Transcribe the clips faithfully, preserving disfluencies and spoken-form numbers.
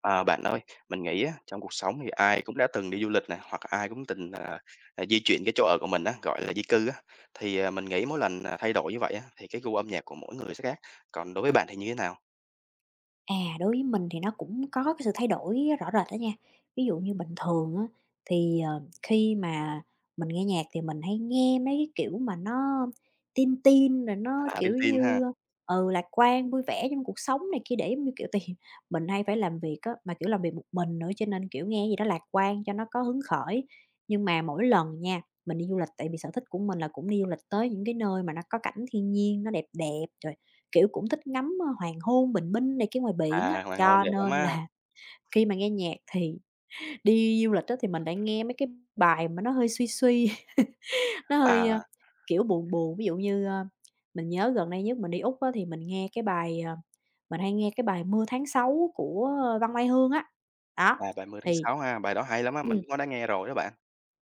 À, bạn ơi, mình nghĩ á, trong cuộc sống thì ai cũng đã từng đi du lịch nè, hoặc ai cũng từng, à, à, di chuyển cái chỗ ở của mình á, gọi là, di cư á. Thì, à, mình nghĩ mỗi lần, à, thay đổi như vậy á, thì cái gu âm nhạc của mỗi người sẽ khác. Còn đối với bạn thì như thế nào? À, Đối với mình thì nó cũng có cái sự thay đổi rõ rệt đó nha. Ví dụ như bình thường á, thì, ờ, khi mà mình nghe nhạc thì mình hay nghe mấy cái kiểu mà nó tin tin rồi nó, À, Tin kiểu Tin ha. như, ừ, lạc quan, vui vẻ trong cuộc sống này kia để, giống như kiểu, thì mình hay phải làm việc á, mà, kiểu, làm việc một mình nữa cho nên, kiểu, nghe gì đó lạc quan cho nó có hứng khởi. Nhưng mà mỗi lần nha, mình đi du lịch tại vì sở thích của mình là cũng đi du lịch tới những cái nơi mà nó có cảnh thiên nhiên nó đẹp đẹp, rồi kiểu, cũng thích ngắm, ơ, hoàng hôn, bình minh này kia ngoài biển á, à, Hoàng hôn cho đẹp lắm nên á. là khi mà nghe nhạc thì đi du lịch á thì mình lại nghe mấy cái bài mà nó hơi suy suy, nó hơi, ơ, à, kiểu, buồn buồn. Ví dụ như, ơ, mình nhớ gần đây nhất mình đi Úc á thì mình nghe cái bài, ờ mình hay nghe cái bài "Mưa Tháng Sáu" của ờ, Văn Mai Hương á. Đó, à, "Ngày thì ba mươi tháng sáu" ha, bài đó hay lắm á, ừm, mình cũng có đã nghe rồi đó bạn.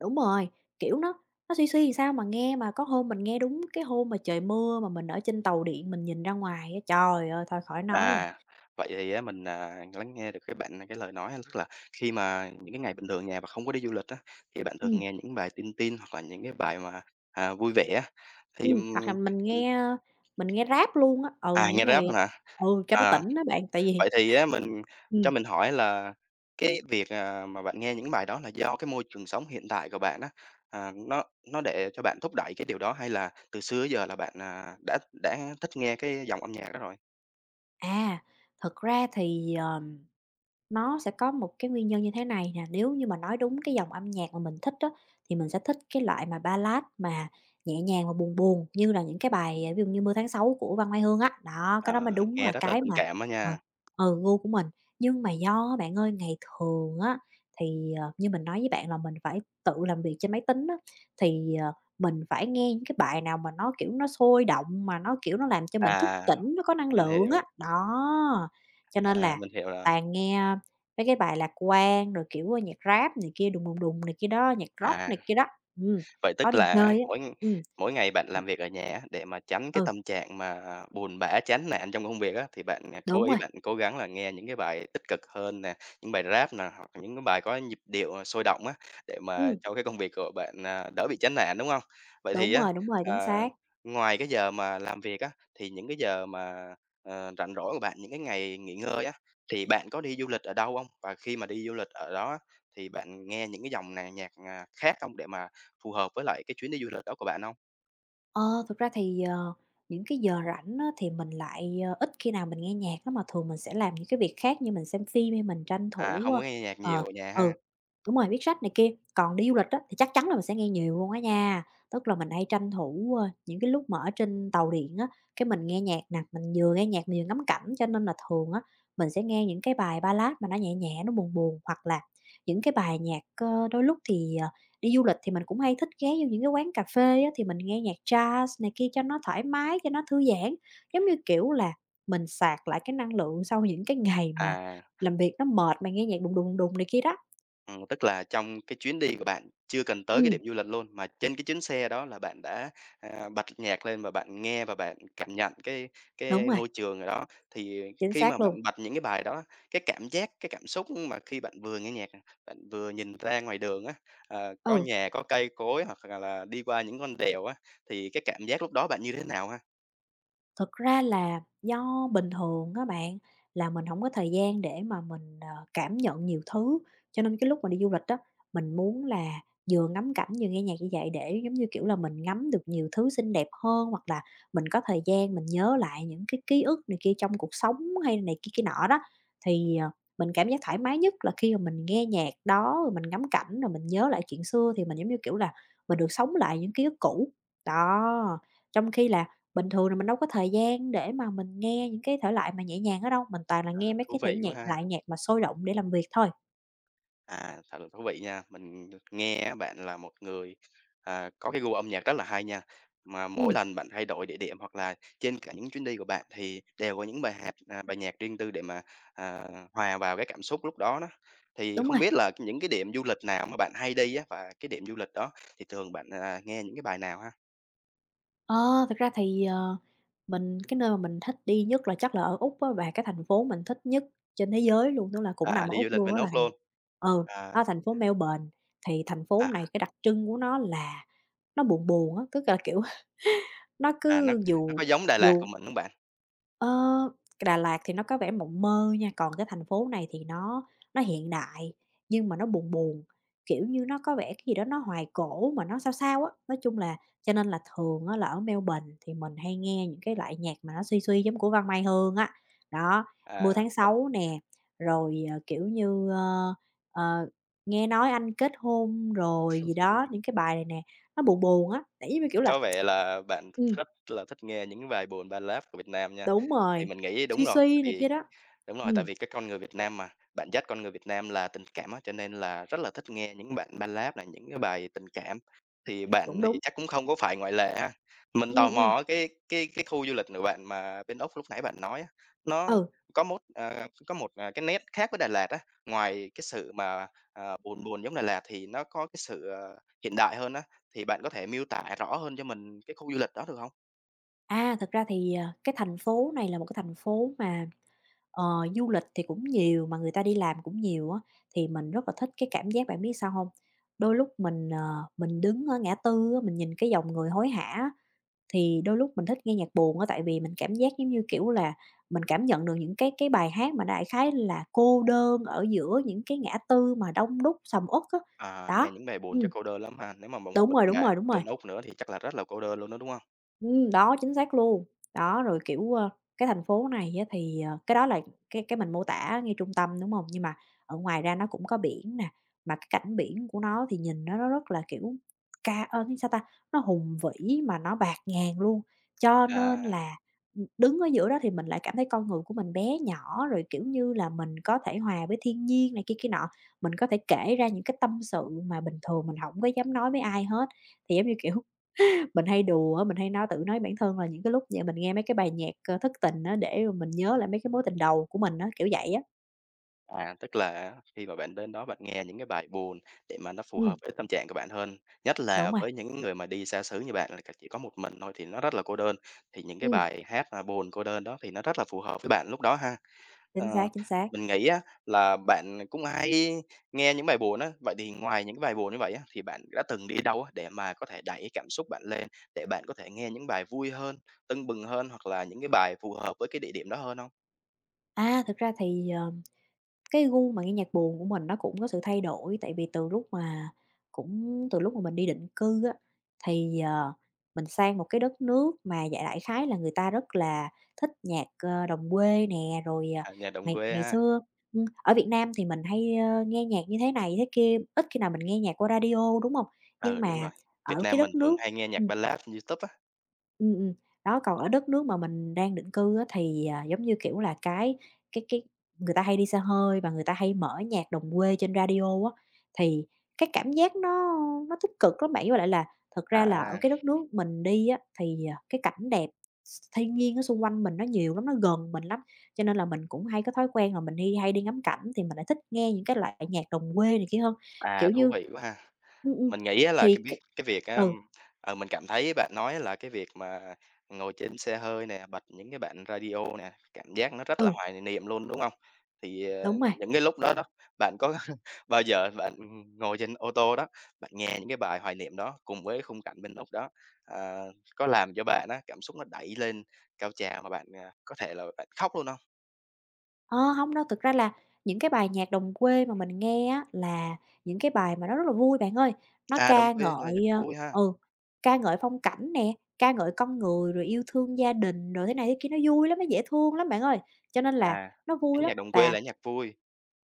đúng rồi, kiểu, nó nó suy suy làm sao mà nghe mà có hôm mình nghe đúng cái hôm mà trời mưa mà mình ở trên tàu điện mình nhìn ra ngoài á, trời ơi, thôi khỏi nói rồi. À, vậy thì á mình, à, lắng nghe được cái bạn cái lời nói á, tức là khi mà những cái ngày bình thường nhà mà không có đi du lịch á, thì bạn thường Ừm. nghe những bài Tin Tin hoặc là những cái bài mà, à, vui vẻ á, thì, Ừm, hoặc ừm, là mình nghe, ơ, mình nghe Rap luôn á, ừ, à, nghe những Rap ngày hả? ừ, cho nó À, tỉnh á bạn, tại vì vậy thì á mình cho ừm, mình hỏi là cái việc, à, mà bạn nghe những bài đó là do cái môi trường sống hiện tại của bạn á, à, nó nó để cho bạn thúc đẩy cái điều đó hay là từ xưa tới giờ là bạn, à, đã đã thích nghe cái dòng âm nhạc đó rồi? à, thật ra thì, ờ nó sẽ có một cái nguyên nhân như thế này nè, nếu như mà nói đúng cái dòng âm nhạc mà mình thích đó thì mình sẽ thích cái loại mà ballad mà nhẹ nhàng và buồn buồn như là những cái bài, à, ví dụ như "Mưa Tháng Sáu" của Văn Mai Hương á. Đó, cái đó Ờ, mới đúng nghe là rất là cái tình mà cảm đó ờ, nha. ừ, gu của mình. Nhưng mà do bạn ơi, ngày thường á, thì, ờ, như mình nói với bạn là mình phải tự làm việc trên máy tính á, thì, ờ, mình phải nghe những cái bài nào mà nó, kiểu, nó sôi động, mà nó, kiểu, nó làm cho mình À. thức tỉnh, nó có năng Mình lượng á. hiểu, Đó, cho nên à, là mình hiểu rồi. toàn nghe mấy cái bài Lạc Quan rồi, kiểu, ơ, nhạc Rap này kia, đùng, đùng, đùng này kia đó, nhạc Rock À, này kia đó. Ừm, vậy có tức đi là chơi á. mỗi Ừm. mỗi ngày bạn làm việc ở nhà á, để mà tránh cái Ừ, tâm trạng mà buồn bã, chán nản trong công việc á, thì bạn, à, cố đúng ý rồi, bạn cố gắng là nghe những cái bài tích cực hơn nè, những bài Rap nè, hoặc là những cái bài có nhịp điệu, à, sôi động á, để mà ừm, cho cái công việc của bạn, à, đỡ bị chán nản, đúng không? Vậy thì đúng á, rồi, đúng rồi, chính à, xác. ngoài cái giờ mà làm việc á, thì những cái giờ mà, ờ, rảnh rỗi của bạn, những cái ngày nghỉ ngơi á, thì bạn có đi du lịch ở đâu không? Và khi mà đi du lịch ở đó á, thì bạn nghe những cái dòng nà nhạc, à, khác không để mà phù hợp với lại cái chuyến đi du lịch đó của bạn không? Ờ, thực ra thì, ờ, những cái giờ rảnh á thì mình lại, ờ, ít khi nào mình nghe nhạc lắm, mà thường mình sẽ làm những cái việc khác như mình xem phim hay mình tranh À, thủ, không ơ, có nghe nhạc nhiều ờ, ở nhà ừ, ha? đúng rồi, viết sách này kia. Còn đi du lịch á thì chắc chắn là mình sẽ nghe nhiều luôn á nha, tức là mình hay tranh thủ, ơ, những cái lúc mà ở trên tàu điện á, cái mình nghe nhạc nè, mình vừa nghe nhạc mình vừa ngắm cảnh, cho nên là thường á mình sẽ nghe những cái bài ballad mà nó nhẹ nhẹ, nó buồn buồn, hoặc là những cái bài nhạc, ơ, đôi lúc thì, ờ đi du lịch thì mình cũng hay thích ghé vô những cái quán cà phê á, thì mình nghe nhạc jazz này kia cho nó thoải mái, cho nó thư giãn. Giống như, kiểu là, mình sạc lại cái năng lượng sau những cái ngày mà À, làm việc nó mệt, mà nghe nhạc đùng, đùng, đùng này kia đó. ừm, tức là trong cái chuyến đi của bạn chưa cần tới cái điểm Ừm, du lịch luôn, mà trên cái chuyến xe đó là bạn đã, à, bật nhạc lên và bạn nghe và bạn cảm nhận cái đúng cái rồi, môi trường ở đó. Thì chính khi mà xác bạn luôn. bật những cái bài đó, cái cảm giác, cái cảm xúc mà khi bạn vừa nghe nhạc bạn vừa nhìn ra ngoài đường á, ờ, có Ừ. nhà, có cây cối hoặc là là đi qua những con đèo á, thì cái cảm giác lúc đó bạn như thế nào ha? Thực ra là do bình thường các bạn, là mình không có thời gian để mà mình, ờ, cảm nhận nhiều thứ, cho nên cái lúc mà đi du lịch đó mình muốn là vừa ngắm cảnh vừa nghe nhạc như vậy để, giống như kiểu là, mình ngắm được nhiều thứ xinh đẹp hơn, hoặc là mình có thời gian mình nhớ lại những cái ký ức này kia trong cuộc sống hay này kia kia nọ đó. Thì, ờ, mình cảm giác thoải mái nhất là khi mà mình nghe nhạc đó, rồi mình ngắm cảnh, rồi mình nhớ lại chuyện xưa thì mình, giống như kiểu là, mình được sống lại những ký ức cũ. Đó, trong khi là bình thường là mình đâu có thời gian để mà mình nghe những cái thể loại mà nhẹ nhàng đó đâu, mình toàn là À, nghe mấy thú cái thể vị nhạc quá ha! loại nhạc mà sôi động để làm việc thôi. À, thật là thú vị nha. Mình nghe á bạn là một người, à, có cái gu âm nhạc rất là hay nha. Mà mỗi Ừm, lần bạn thay đổi địa điểm hoặc là trên cả những chuyến đi của bạn thì đều có những bài hát, à, bài nhạc riêng tư để mà, à, hòa vào cái cảm xúc lúc đó đó. Thì đúng không rồi. biết là những cái điểm du lịch nào mà bạn hay đi á, và cái điểm du lịch đó thì thường bạn, à, nghe những cái bài nào ha? Ờ, thực ra thì, ờ, mình cái nơi mà mình thích đi nhất là chắc là ở Úc á, và cái thành phố mình thích nhất trên thế giới luôn, tức là cũng À, nằm ở đi du Úc lịch luôn bên đó là Úc thành luôn. ừ, À, đó là thành phố Melbourne. Thì thành phố à, này cái đặc trưng của nó là nó buồn buồn á, tức là, kiểu, nó à, nó cứ nó dù có giống Đà Lạt của dù mình không bạn? ơ, Đà Lạt thì nó có vẻ mộng mơ nha, còn cái thành phố này thì nó nó hiện đại nhưng mà nó buồn buồn, kiểu như, nó có vẻ cái gì đó nó hoài cổ mà nó sao sao á. Nói chung là cho nên là thường á là ở Melbourne thì mình hay nghe những cái loại nhạc mà nó suy suy giống của Văn Mai Hương á. Đó, Mưa À, Tháng mình Sáu nè, rồi, ờ, kiểu như, ơ, ờ, Nghe Nói Anh Kết Hôn rồi gì đó, những cái bài này nè, nó buồn buồn á, tại giống như, kiểu là có vẻ là bạn ừm. rất là thích nghe những bài buồn ballad của Việt Nam nha. Đúng Thì rồi, mình nghĩ đúng "Suy rồi, tại suy" này vì kia đó. đúng rồi, tại Ừm, vì cái con người Việt Nam mà, bản chất con người Việt Nam là tình cảm á, cho nên là rất là thích nghe những bản Ballad này, những cái bài tình cảm. Thì cũng bạn đúng. thì chắc cũng không có phải ngoại lệ ha. Mình tò Ừm, ừm, mò á, cái cái cái khu du lịch của bạn mà bên Úc lúc nãy bạn nói á, nó ừ. có một ờ, có một, à, cái nét khác với Đà Lạt á, ngoài cái sự mà, ờ, buồn buồn giống Đà Lạt thì nó có cái sự, ờ, hiện đại hơn á, thì bạn có thể miêu tả rõ hơn cho mình cái khu du lịch đó được không? À, thật ra thì, ờ, cái thành phố này là một cái thành phố mà, ờ, du lịch thì cũng nhiều, mà người ta đi làm cũng nhiều á, thì mình rất là thích cái cảm giác bạn biết sao hông? Đôi lúc mình, ờ, mình đứng ở ngã tư á, mình nhìn cái dòng người hối hả á, thì đôi lúc mình thích nghe nhạc buồn á, tại vì mình cảm giác giống như, kiểu là, mình cảm nhận được những cái cái bài hát mà đại khái là cô đơn ở giữa những cái ngã tư mà đông đúc, sầm uất á. À, nghe Đó, những bài buồn chắc ừm. cô đơn lắm ha? Nếu mà một Đúng mình rồi, đúng bạn rồi, đúng rồi. bên Úc nữa thì chắc là rất là cô đơn luôn đó, đúng không? Ừm, đó, chính xác luôn. Đó, rồi, kiểu, ơ, cái thành phố này á thì, ờ cái đó là cái cái mình mô tả ngay trung tâm, đúng hông? Nhưng mà ở ngoài ra nó cũng có biển nè, mà cái cảnh biển của nó thì nhìn nó nó rất là, kiểu, ca ơ, sao ta, nó hùng vĩ mà nó bạt ngàn luôn. Cho À. nên là, ừm, đứng ở giữa đó thì mình lại cảm thấy con người của mình bé nhỏ, rồi, kiểu như là, mình có thể hòa với thiên nhiên này kia kia nọ. Mình có thể kể ra những cái tâm sự mà bình thường mình hổng có dám nói với ai hết. Thì giống như, kiểu mình hay đùa á, mình hay nói tự nói bản thân là những cái lúc vậy mình nghe mấy cái bài nhạc, ơ, thất tình á, để mà mình nhớ lại mấy cái mối tình đầu của mình á, kiểu vậy á. À, tức là á, khi mà bạn đến đó bạn nghe những cái bài buồn để mà nó phù hợp Ừm, với tâm trạng của bạn hơn, nhất đúng là rồi, với những người mà đi xa xứ như bạn là c chỉ có một mình thôi thì nó rất là cô đơn, thì những cái ừm, bài hát, à, buồn cô đơn đó thì nó rất là phù hợp với bạn lúc đó ha. chính Ờ, xác, chính xác. mình nghĩ á là bạn cũng hay nghe những bài buồn á, vậy thì ngoài những cái bài buồn như vậy á, thì bạn đã từng đi đâu á để mà có thể đẩy cảm xúc bạn lên, để bạn có thể nghe những bài vui hơn, tưng bừng hơn hoặc là những cái bài phù hợp với cái địa điểm đó hơn không? À, thực ra thì, ờ Cái gu mà nghe nhạc buồn của mình nó cũng có sự thay đổi, tại vì từ lúc mà cũng từ lúc mà mình đi định cư á, thì, ờ, mình sang một cái đất nước mà dạ đại khái là người ta rất là thích nhạc, ờ, đồng quê nè, rồi, à, À, nhà đồng ngày quê ngày ha. xưa ừm, ở Việt Nam thì mình hay, ơ, nghe nhạc như thế này thế kia, ít khi nào mình nghe nhạc qua radio, đúng không? Nhưng Ừ, đúng mà rồi. Việt ở cái Nam mình đất thường nước hay nghe nhạc ừm. Ballad trên YouTube á. Ừm, ừm. Đó, còn ở đất nước mà mình đang định cư á thì, à, giống như, kiểu là, cái cái cái người ta hay đi xe hơi và người ta hay mở nhạc đồng quê trên radio á, thì cái cảm giác nó nó tích cực lắm bạn. Với lại là thật ra là ở À, cái đất nước mình đi á thì, à, cái cảnh đẹp s thiên nhiên ở xung quanh mình nó nhiều lắm, nó gần mình lắm, cho nên là mình cũng hay có thói quen là mình đi hay đi ngắm cảnh thì mình lại thích nghe những cái loại nhạc đồng quê này kia hơn. à, Kiểu thú như vị quá ha. ừm, ừm, Mình nghĩ á là cái thì biết cái cái việc á, ừ, ờ, mình cảm thấy bạn nói là cái việc mà ngồi trên xe hơi nè, bật những cái bản radio nè, cảm giác nó rất là ừ, hoài niệm luôn, đúng không? Thì, ờ, đúng rồi. những cái lúc đó đó, bạn có bao giờ bạn ngồi trên ô tô đó, bạn nghe những cái bài hoài niệm đó cùng với khung cảnh bên lúc đó, ờ, có làm cho bạn á, cảm xúc nó đẩy lên cao trào mà bạn, à, có thể là bạn khóc luôn không? Ờ, hông đâu, thực ra là những cái bài nhạc đồng quê mà mình nghe á, là những cái bài mà nó rất là vui bạn ơi. Nó À, đồng ca quê là nhạc ngợi, ờ vui ha. ừ, ca ngợi phong cảnh nè, ca ngợi con người, rồi yêu thương gia đình, rồi thế này thế kia, nó vui lắm, nó dễ thương lắm bạn ơi. Cho nên là À, nó cái vui lắm nhạc đồng quê và. là nhạc vui,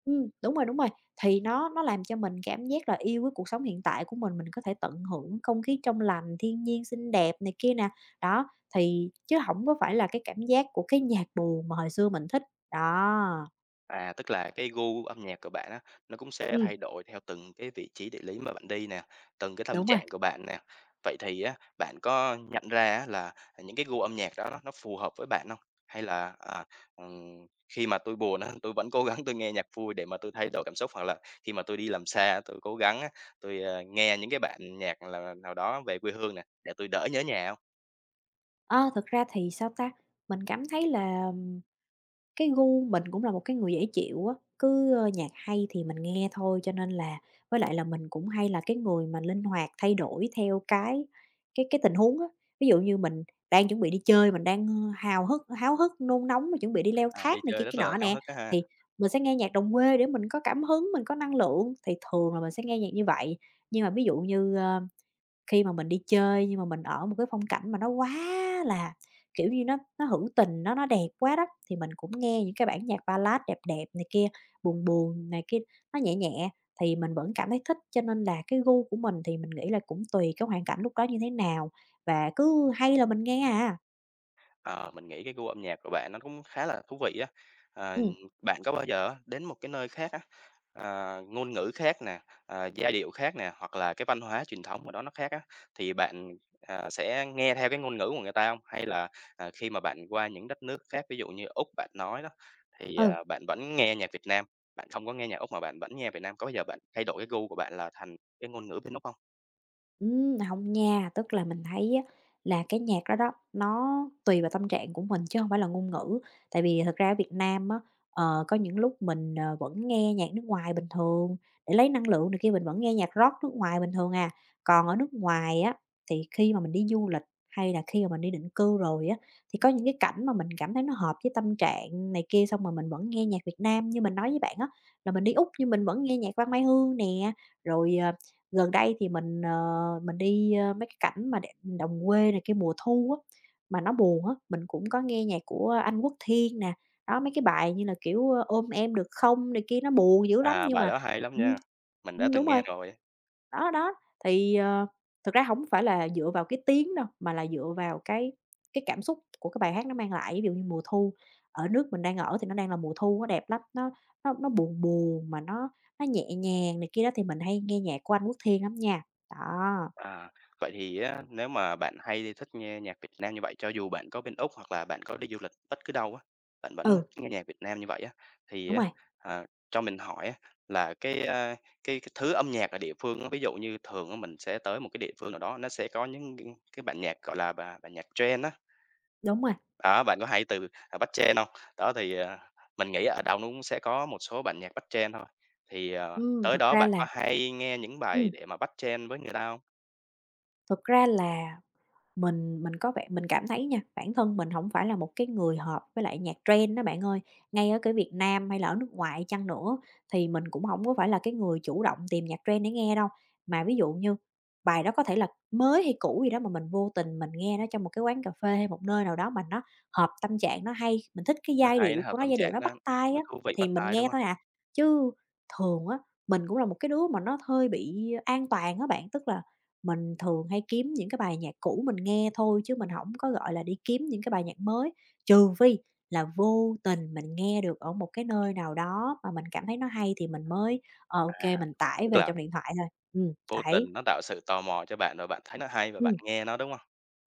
Ừm, đúng rồi, đúng rồi. Thì nó nó làm cho mình cảm giác là yêu với cuộc sống hiện tại của mình, mình có thể tận hưởng không khí trong lành, thiên nhiên xinh đẹp này kia nè. Đó, thì chứ không có phải là cái cảm giác của cái nhạc buồn mà hồi xưa mình thích, đó, à, tức là cái gu âm nhạc của bạn á, nó cũng sẽ ừm, thay đổi theo từng cái vị trí địa lý mà bạn đi nè, từng cái tâm đúng rồi. trạng của bạn nè. Vậy thì á, bạn có nhận ra á là những cái gu âm nhạc đó nó nó phù hợp với bạn không? Hay là, à, ừm, khi mà tôi buồn á, tôi vẫn cố gắng tôi nghe nhạc vui để mà tôi thay đổi cảm xúc, hoặc là khi mà tôi đi làm xa tôi cố gắng á, tôi ờ, nghe những cái bản nhạc là nào đó về quê hương nè, để tôi đỡ nhớ nhà hông? Ơ, thực ra thì, sao ta, mình cảm thấy là cái gu mình cũng là một cái người dễ chịu á, cứ, ơ, nhạc hay thì mình nghe thôi, cho nên là với lại là mình cũng hay là cái người mà linh hoạt thay đổi theo cái cái cái tình huống á. Ví dụ như mình đang chuẩn bị đi chơi, mình đang, hào hức háo hức, nôn nóng mà chuẩn bị đi leo À, đi thác này chơi kia rất kia là nọ háo nè, hức á ha. thì mình sẽ nghe nhạc đồng quê để mình có cảm hứng, mình có năng lượng, thì thường là mình sẽ nghe nhạc như vậy. Nhưng mà ví dụ như, Khi mà mình đi chơi nhưng mà mình ở một cái phong cảnh mà nó quá là, kiểu như, nó nó hữu tình, nó nó đẹp quá đó, thì mình cũng nghe những cái bản nhạc ballad đẹp đẹp này kia, buồn buồn này kia, nó nhẹ nhẹ thì mình vẫn cảm thấy thích. Cho nên là cái gu của mình thì mình nghĩ là cũng tùy cái hoàn cảnh lúc đó như thế nào và cứ hay là mình nghe à. Ờ, mình nghĩ cái gu âm nhạc của bạn nó cũng khá là thú vị á. Ờ, Ừ, bạn có bao giờ á, đến một cái nơi khác á, à, ngôn ngữ khác nè, à, giai điệu khác nè, hoặc là cái văn hóa truyền thống của đó nó khác á, thì bạn, à, sẽ nghe theo cái ngôn ngữ của người ta không? Hay là, à, khi mà bạn qua những đất nước khác, ví dụ như Úc bạn nói đó, thì, ừ. à, bạn vẫn nghe nhạc Việt Nam, bạn không có nghe nhạc Úc mà bạn vẫn nghe Việt Nam, có bao giờ bạn thay đổi cái gu của bạn là thành cái ngôn ngữ bên Úc không? Ừm, hông nha, tức là mình thấy á là cái nhạc đó đó, nó tùy vào tâm trạng của mình chứ không phải là ngôn ngữ. Tại vì thật ra ở Việt Nam á, ờ, có những lúc mình, ờ, vẫn nghe nhạc nước ngoài bình thường, để lấy năng lượng này kia mình vẫn nghe nhạc rock nước ngoài bình thường à. Còn ở nước ngoài á, thì khi mà mình đi du lịch hay là khi mà mình đi định cư rồi á, thì có những cái cảnh mà mình cảm thấy nó hợp với tâm trạng này kia, xong rồi mình vẫn nghe nhạc Việt Nam. Như mình nói với bạn á, là mình đi Úc nhưng mình vẫn nghe nhạc Văn Mai Hương nè, rồi, ờ, Gần đây thì mình, ờ, mình đi, ơ, mấy cái cảnh mà đ đồng quê này cái mùa thu á, mà nó buồn á, mình cũng có nghe nhạc của Anh Quốc Thiên nè. Đó, mấy cái bài như là, kiểu, ơ, "Ôm Em Được Không" này kia, nó buồn dữ lắm À, nhưng bài mà đó hay lắm ừm, nha, mình đã ừm, từng đúng nghe rồi. rồi. Đó, đó, thì, ờ, thực ra không phải là dựa vào cái tiếng đâu, mà là dựa vào cái cái cảm xúc của cái bài hát nó mang lại. Ví dụ như mùa thu, ở nước mình đang ở thì nó đang là mùa thu, nó đẹp lắm, nó nó nó buồn buồn mà nó nó nhẹ nhàng này kia đó, thì mình hay nghe nhạc của anh Quốc Thiên lắm nha. Đó. À, vậy thì á, nếu mà bạn hay thích nghe nhạc Việt Nam như vậy, cho dù bạn có bên Úc hoặc là bạn có đi du lịch bất cứ đâu á, bạn vẫn Ừ, thích nghe nhạc Việt Nam như vậy á, thì đúng á, rồi, à, cho mình hỏi á, là cái, a, cái cái thứ âm nhạc ở địa phương á, ví dụ như thường á, mình sẽ tới một cái địa phương nào đó, nó sẽ có những cái cái bản nhạc, gọi là, bà bản nhạc trend á, đúng rồi. đó, bạn có hay từ, à, bắt trend không? Đó, thì, à, mình nghĩ ở đâu nó cũng sẽ có một số bản nhạc bắt trend thôi, thì, ờ, Ừm, tới thực đó ra bạn có là hay nghe những bài ừm, để mà bắt trend với người ta không? thực ra là Mình mình có vẻ mình cảm thấy nha, bản thân mình không phải là một cái người hợp với lại nhạc trend đó bạn ơi. Ngay ở cái Việt Nam hay là ở nước ngoài chăng nữa thì mình cũng không có phải là cái người chủ động tìm nhạc trend để nghe đâu. Mà ví dụ như bài đó có thể là mới hay cũ gì đó mà mình vô tình mình nghe nó trong một cái quán cà phê hay một nơi nào đó mà nó hợp tâm trạng, nó hay, mình thích cái Nó giai hay, nó điệu hợp của nó, tâm giai điệu trạng, nó nó bắt tai nó á, thú vị, thì bắt mình tai, đúng nghe hông? thôi à. Chứ thường á, mình cũng là một cái đứa mà nó hơi bị an toàn á bạn, tức là mình thường hay kiếm những cái bài nhạc cũ mình nghe thôi chứ mình hổng có, gọi là, đi kiếm những cái bài nhạc mới, trừ phi là vô tình mình nghe được ở một cái nơi nào đó mà mình cảm thấy nó hay thì mình mới, ờ, ô kê, À, mình tải tức về là trong điện thoại thôi. Ừm, vô tình đấy, nó tạo sự tò mò cho bạn, rồi bạn thấy nó hay và bạn ừm, nghe nó, đúng hông?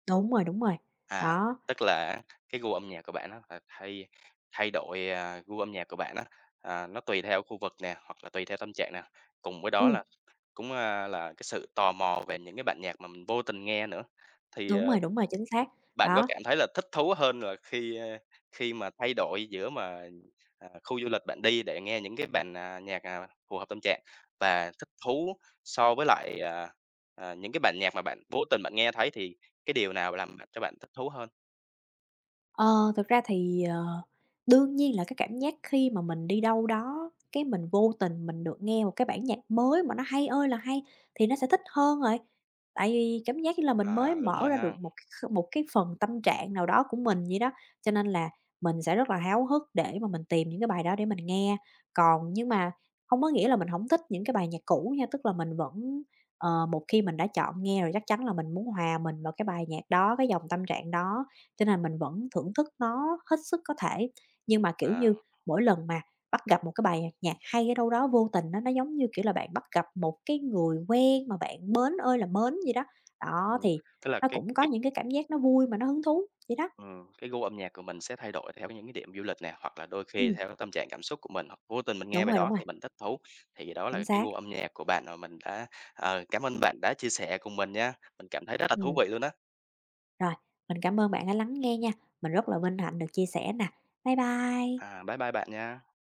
đúng rồi, đúng rồi. À, Đó, tức là á cái gu âm nhạc của bạn á là thay thay đổi, à, gu âm nhạc của bạn á, à, nó tùy theo khu vực nè, hoặc là tùy theo tâm trạng nè, cùng với đó ừm, là cũng, a, là cái sự tò mò về những cái bản nhạc mà mình vô tình nghe nữa. Thì, đúng ờ, rồi, đúng rồi, chính xác. bạn có Đó. cảm thấy là thích thú hơn là khi, ơ, khi mà thay đổi giữa mà, à, khu du lịch bạn đi để nghe những cái bản, à, nhạc, à, phù hợp tâm trạng và thích thú so với lại, à, à, những cái bản nhạc mà bạn vô tình bạn nghe thấy thì cái điều nào làm bạn cho bạn thích thú hơn? Ờ, thực ra thì, ờ, đương nhiên là cái cảm giác khi mà mình đi đâu đó, cái mình vô tình mình được nghe một cái bản nhạc mới mà nó hay ơi là hay thì nó sẽ thích hơn rồi. Tại vì cảm giác như là mình mới À, đúng mở rồi ra ha. được một cái kh một cái phần tâm trạng nào đó của mình vậy đó, cho nên là mình sẽ rất là háo hức để mà mình tìm những cái bài đó để mình nghe. Còn nhưng mà không có nghĩa là mình không thích những cái bài nhạc cũ nha, tức là mình vẫn ờ, một khi mình đã chọn nghe rồi chắc chắn là mình muốn hòa mình vào cái bài nhạc đó, cái dòng tâm trạng đó. Cho nên mình vẫn thưởng thức nó hết sức có thể, nhưng mà, kiểu À, như, mỗi lần mà bắt gặp một cái bài nhạc hay ở đâu đó vô tình á, nó giống như, kiểu là, bạn bắt gặp một cái người quen mà bạn mến ơi là mến gì đó. Đó, ừm, thì tức là nó cái cũng có cái những cái cảm giác nó vui mà nó hứng thú, vậy đó. Ừm, cái gu âm nhạc của mình sẽ thay đổi theo những cái điểm du lịch nè, hoặc là đôi khi Ừm, theo cái tâm trạng cảm xúc của mình, hoặc vô tình mình nghe đúng bài rồi, đúng đó rồi, thì mình thích thú. Thì đó chính là cái xác. gu âm nhạc của bạn, và mình đã ờ, cảm ơn bạn đã chia sẻ cùng mình nha. Mình cảm thấy rất là thú Ừm, vị luôn đó. rồi, mình cảm ơn bạn đã lắng nghe nha, mình rất là vinh hạnh được chia sẻ nè. Bye bye. À, bye bye bạn nha.